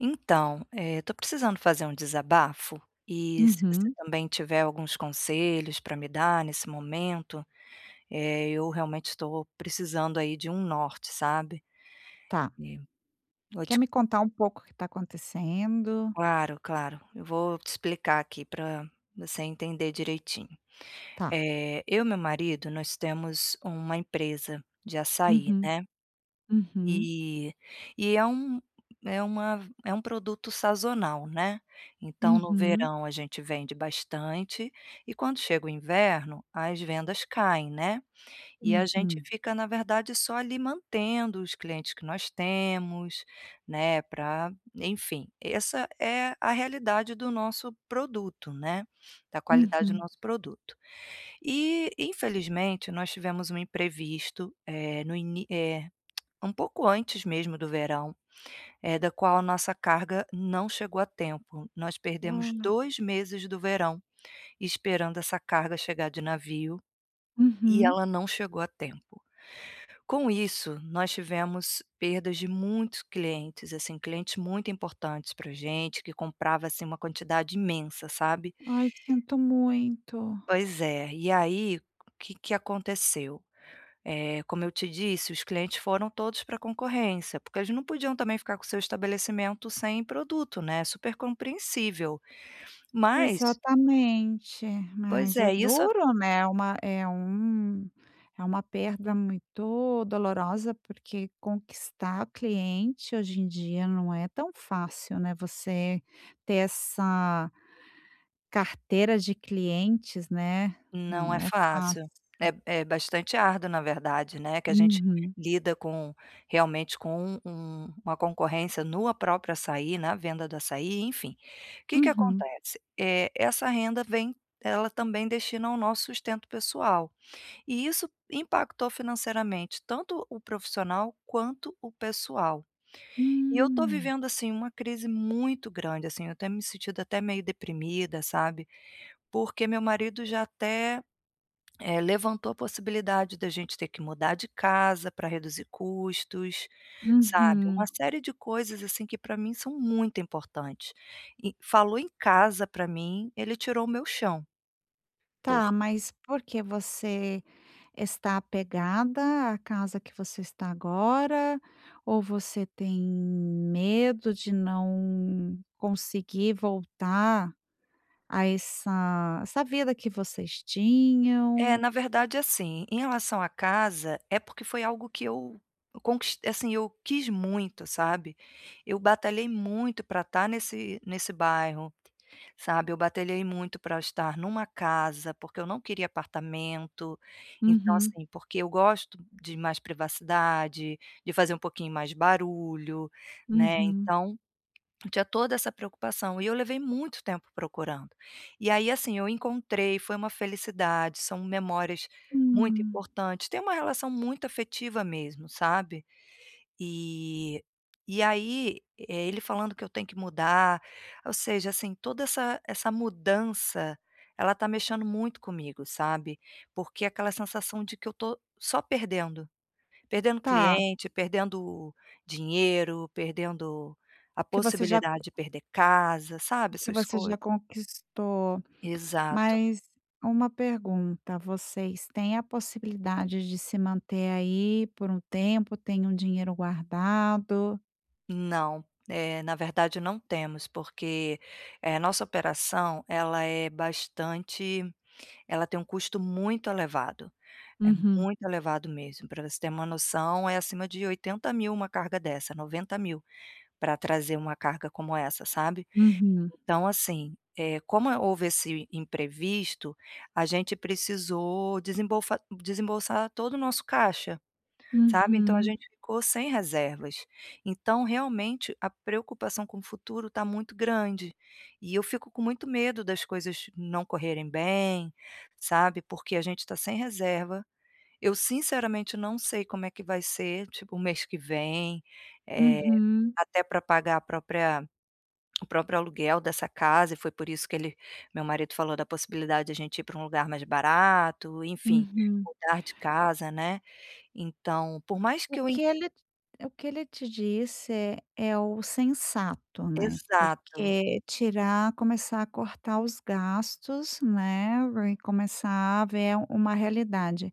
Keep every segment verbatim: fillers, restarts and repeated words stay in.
Então, estou precisando fazer um desabafo e se você Uhum. também tiver alguns conselhos para me dar nesse momento, eh, eu realmente estou precisando aí de um norte, sabe. Tá. E vou Quer te me contar um pouco o que está acontecendo? claro, claro, eu vou te explicar aqui para você entender direitinho. Tá. Eh, eu e meu marido, nós temos uma empresa de açaí, Uhum, né. uhum, E e é um é uma é um produto sazonal, né, então no uhum, verão a gente vende bastante e quando chega o inverno as vendas caem, né, e a gente uhum, fica na verdade só ali mantendo os clientes que nós temos, né, Para enfim, essa é a realidade do nosso produto, né, da qualidade do uhum, nosso produto. E infelizmente nós tivemos um imprevisto, eh, no ini eh um pouco antes mesmo do verão, eh, da qual a nossa carga não chegou a tempo. Nós perdemos Ah. dois meses do verão esperando essa carga chegar de navio e Uhum. ela não chegou a tempo. Com isso, nós tivemos perdas de muitos clientes, assim, clientes muito importantes para gente, que comprava, assim, uma quantidade imensa, sabe. Ai, sinto muito. Pois é, e aí, o que que aconteceu? Eh, como eu te disse, os clientes foram todos para a concorrência, porque eles não podiam também ficar com o seu estabelecimento sem produto, né, é super compreensível. Mas, Exatamente, pois mas é é, isso a- duro, né, é uma é um é uma perda muito dolorosa, porque conquistar o cliente hoje em dia não é tão fácil, né, você ter essa Carteira de clientes, né, não não é é fácil. fácil. É é bastante árduo, na verdade, né, que a gente Uhum, lida com realmente com um um, uma concorrência no próprio açaí, na venda do açaí, enfim. O que que uhum. acontece? Eh, essa renda vem ela também destina ao nosso sustento pessoal. E isso impactou financeiramente tanto o profissional quanto o pessoal. E eu tô Hum, vivendo, assim, uma crise muito grande, assim, eu tenho me sentido até meio deprimida, sabe, porque meu marido já até, eh, levantou a possibilidade da gente ter que mudar de casa para reduzir custos, sabe, uma uhum. série de coisas, assim, que para mim são muito importantes. E falou em casa para mim, ele tirou o meu chão. Por Tá, mas porque você está apegada à casa que você está agora, ou você tem medo de não conseguir voltar a essa essa vida que vocês É, tinham? na verdade, assim, em relação à casa, é porque foi algo que eu conquistei, assim, eu quis muito, sabe. Eu batalhei muito para estar nesse nesse bairro, sabe. Eu batalhei muito para estar numa casa, porque eu não queria apartamento. Então, Uhum, assim, porque eu gosto de mais privacidade, de fazer um pouquinho mais barulho, né, uhum. então eu Tinha toda essa preocupação e eu levei muito tempo procurando. E aí, assim, eu encontrei, foi uma felicidade, são memórias muito Hum, importantes, tem uma relação muito afetiva mesmo, sabe. E e aí, eh, ele falando que eu tenho que mudar, ou seja, assim, toda essa essa mudança, ela tá mexendo muito comigo, sabe. Porque aquela sensação de que eu tô só perdendo. Perdendo tá, cliente, perdendo dinheiro, perdendo a que você já possibilidade de perder casa, sabe, que essas você já coisas. conquistou. Exato. Mas uma pergunta, vocês têm a possibilidade de se manter aí por um tempo, tem um dinheiro guardado? Não, eh, na verdade não temos, porque, eh, nossa operação ela é bastante ela tem um custo muito elevado, é Uhum, muito elevado mesmo. Para você ter uma noção, é acima de oitenta mil uma carga dessa, noventa mil para trazer uma carga como essa, sabe. uhum, Então assim, eh, como houve esse imprevisto, a gente precisou desembolfa desembolsar todo o nosso caixa, sabe, então a uhum, gente ficou sem reservas. Então realmente a preocupação com o futuro está muito grande, e eu fico com muito medo das coisas não correrem bem, sabe, porque a gente está sem reserva. Eu sinceramente não sei como é que vai ser, tipo, o mês que vem, eh, uhum, até para pagar a própria o próprio aluguel dessa casa, e foi por isso que ele meu marido falou da possibilidade de a gente ir para um lugar mais barato, enfim, uhum. mudar de casa, né. Então, por mais O que eu en que ele o que ele te disse é é o sensato, né, exato. porque tirar começar a cortar os gastos, né, e começar a ver uma realidade.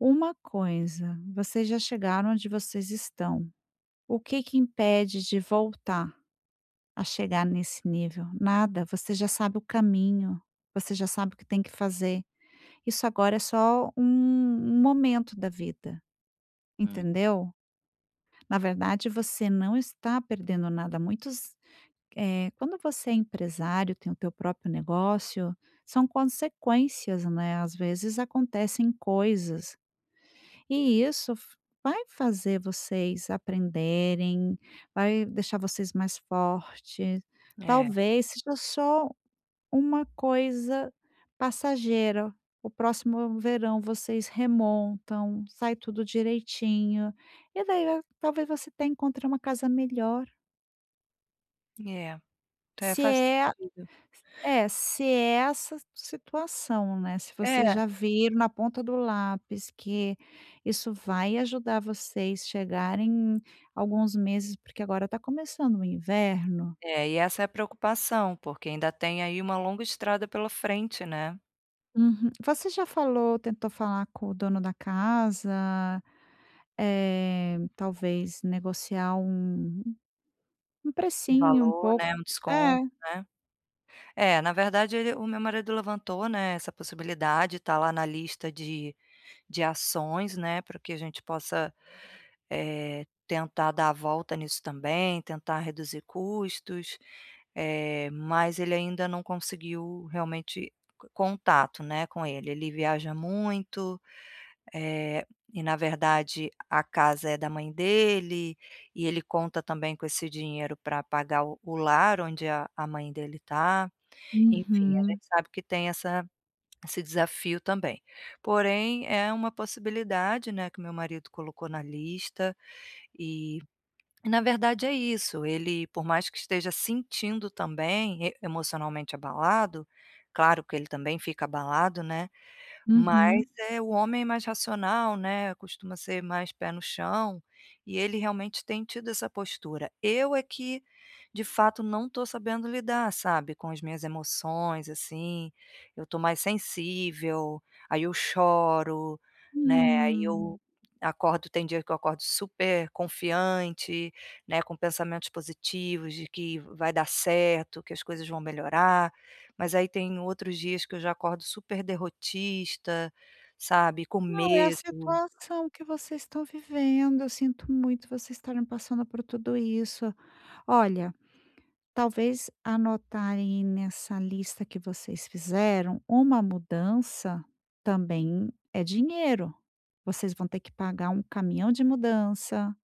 Uma coisa, vocês já chegaram onde vocês estão. O que que impede de voltar a chegar nesse nível? Nada, você já sabe o caminho, você já sabe o que tem que fazer. Isso agora é só um um momento da vida, Hum. entendeu? Na verdade, você não está perdendo nada. Muitos, eh, quando você é empresário, tem o teu próprio negócio, são consequências, né, às vezes acontecem coisas. E isso f Vai fazer vocês aprenderem, vai deixar vocês mais fortes. É, é. Talvez seja só uma coisa passageira. O próximo verão vocês remontam, sai tudo direitinho, e daí eh, talvez você até encontre uma casa melhor. então É, Se faz é sentido. É, se é essa situação, né, se você É, já vir na ponta do lápis que isso vai ajudar vocês chegarem alguns meses, porque agora está começando o inverno. é, e essa é a preocupação, porque ainda tem aí uma longa estrada pela frente, né. Uhum. Você já falou Tentou falar com o dono da casa, eh, talvez negociar um um Um precinho um valor, pouco né, um desconto, é. né. É, na verdade ele o meu marido levantou, né, essa possibilidade, tá lá na lista de de ações, né, para que a gente possa, eh, tentar dar a volta nisso também, tentar reduzir custos, eh, mas ele ainda não conseguiu realmente co contato, né, com ele. Ele viaja muito, eh, e na verdade a casa é da mãe dele, e ele conta também com esse dinheiro para pagar o o lar onde a a mãe dele está. Enfim, a Uhum, gente sabe que tem essa esse desafio também. Porém, é uma possibilidade, né, que meu marido colocou na lista, e e na verdade é isso. Ele, por mais que esteja sentindo também, e emocionalmente abalado, claro que ele também fica abalado, né, mas, uhum. é, o homem é mais racional, né, costuma ser mais pé no chão, e ele realmente tem tido essa postura. Eu é que, de fato, não estou sabendo lidar, sabe, com as minhas emoções, assim, eu estou mais sensível, aí eu choro, né, aí eu Hum. acordo tem dia que eu acordo super confiante, né, com pensamentos positivos de que vai dar certo, que as coisas vão melhorar, mas aí tem outros dias que eu já acordo super derrotista, sabe, com Não, é a medo. situação que vocês estão vivendo, eu sinto muito vocês estarem passando por tudo isso. Olha, talvez anotarem nessa lista que vocês fizeram, uma mudança também é dinheiro. Vocês vão ter que pagar um caminhão de mudança,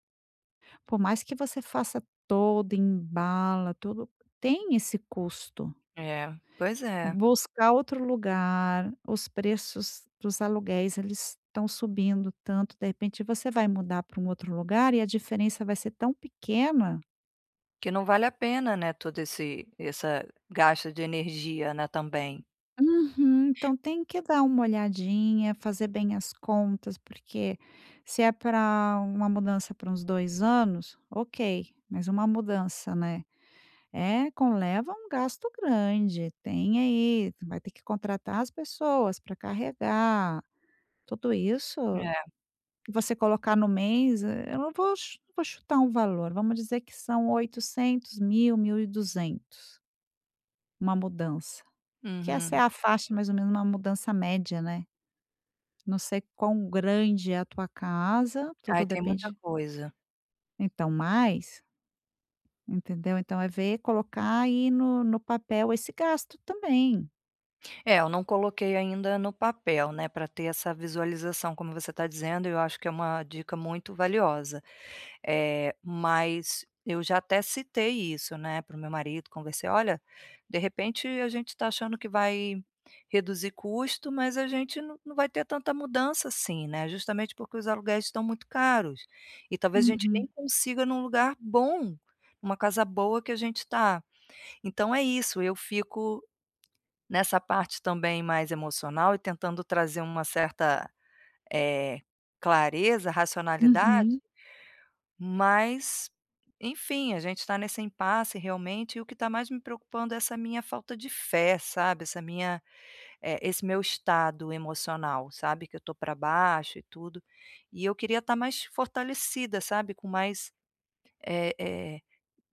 por mais que você faça todo, embala, tudo, tem esse custo. É, pois é, Buscar outro lugar, os preços dos aluguéis, eles estão subindo tanto, de repente você vai mudar para um outro lugar e a diferença vai ser tão pequena. que não vale a pena, né, todo esse essa gasto de energia, né, também. Uhum, então tem que dar uma olhadinha, fazer bem as contas, porque se é para uma mudança para uns dois anos, ok, mas uma mudança, né, eh, conleva um gasto grande, tem aí, vai ter que contratar as pessoas para carregar, tudo isso. É, Você colocar no mês, eh, eu não vou chu não vou chutar um valor, vamos dizer que são oitocentos mil, mil e duzentos. Uma mudança, que essa é uhum. a faixa mais ou menos uma mudança média, né. Não sei quão grande é a tua casa, Ai, tudo tem muita depende, coisa. então mais, entendeu. Então é ver, colocar aí no no papel esse gasto também. É, eu não coloquei ainda no papel, né, Para ter essa visualização, como você está dizendo. Eu acho que é uma dica muito valiosa. Eh, mas eu já até citei isso, né, para o meu marido, conversei: "Olha, de repente a gente está achando que vai reduzir custo, mas a gente não não vai ter tanta mudança assim, né, justamente porque os aluguéis estão muito caros, e talvez a gente nem Uhum, consiga num lugar bom, uma casa boa que a gente está." Então é isso, eu fico nessa parte também mais emocional e tentando trazer uma certa, eh, clareza, racionalidade, uhum, mas, enfim, a gente está nesse impasse realmente, e o que está mais me preocupando é essa minha falta de fé, sabe, essa minha eh, esse meu estado emocional, sabe, que eu estou para baixo e tudo. E eu queria estar mais fortalecida, sabe, com mais, eh eh,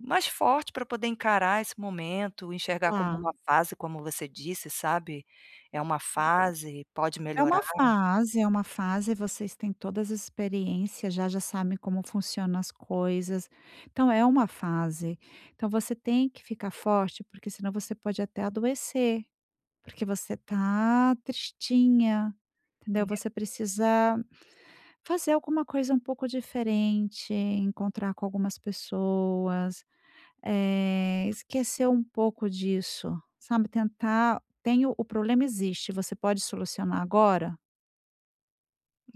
mais forte para poder encarar esse momento, enxergar como tá. uma fase, como você disse, sabe, é uma fase, pode É melhorar. uma fase, é uma fase, vocês têm todas as experiências, já já sabem como funcionam as coisas. Então é uma fase. Então você tem que ficar forte, porque senão você pode até adoecer, porque você tá tristinha, entendeu? Você precisa fazer alguma coisa um pouco diferente, encontrar com algumas pessoas, eh, esquecer um pouco disso, sabe? Tentar, tem o o problema existe, você pode solucionar agora?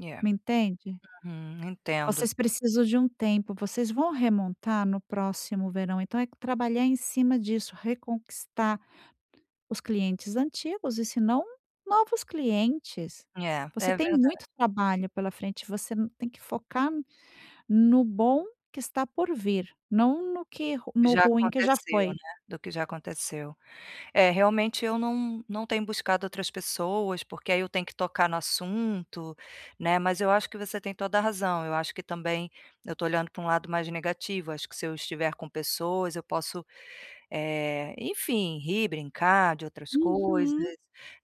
É, é. Me entende? Uhum, entendo. Vocês precisam de um tempo, vocês vão remontar no próximo verão, então é trabalhar em cima disso, reconquistar os clientes antigos e se não, novos clientes. É, Você é tem verdade. muito trabalho pela frente, você n tem que focar no bom que está por vir, não no que ru- Que no Já ruim que já aconteceu, né, foi. do que já aconteceu. É, realmente eu não não tenho buscado outras pessoas, porque aí eu tenho que tocar no assunto, né, mas eu acho que você tem toda a razão. Eu acho que também eu estou olhando para um lado mais negativo, acho que se eu estiver com pessoas eu posso, eh, enfim, rir, brincar de outras coisas, Uhum,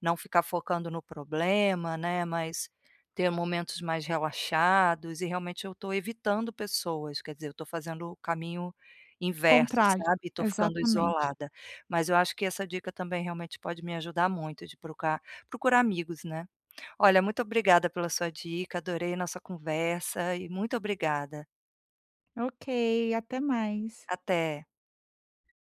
não ficar focando no problema, né, mas ter momentos mais relaxados, e realmente eu estou evitando pessoas, quer dizer, eu estou fazendo o caminho inverso, contrário, sabe, estou ficando exatamente. isolada. Mas eu acho que essa dica também realmente pode me ajudar muito, de procurar procurar amigos, né. Olha, muito obrigada pela sua dica, adorei nossa conversa e muito obrigada. Ok, até mais. Até.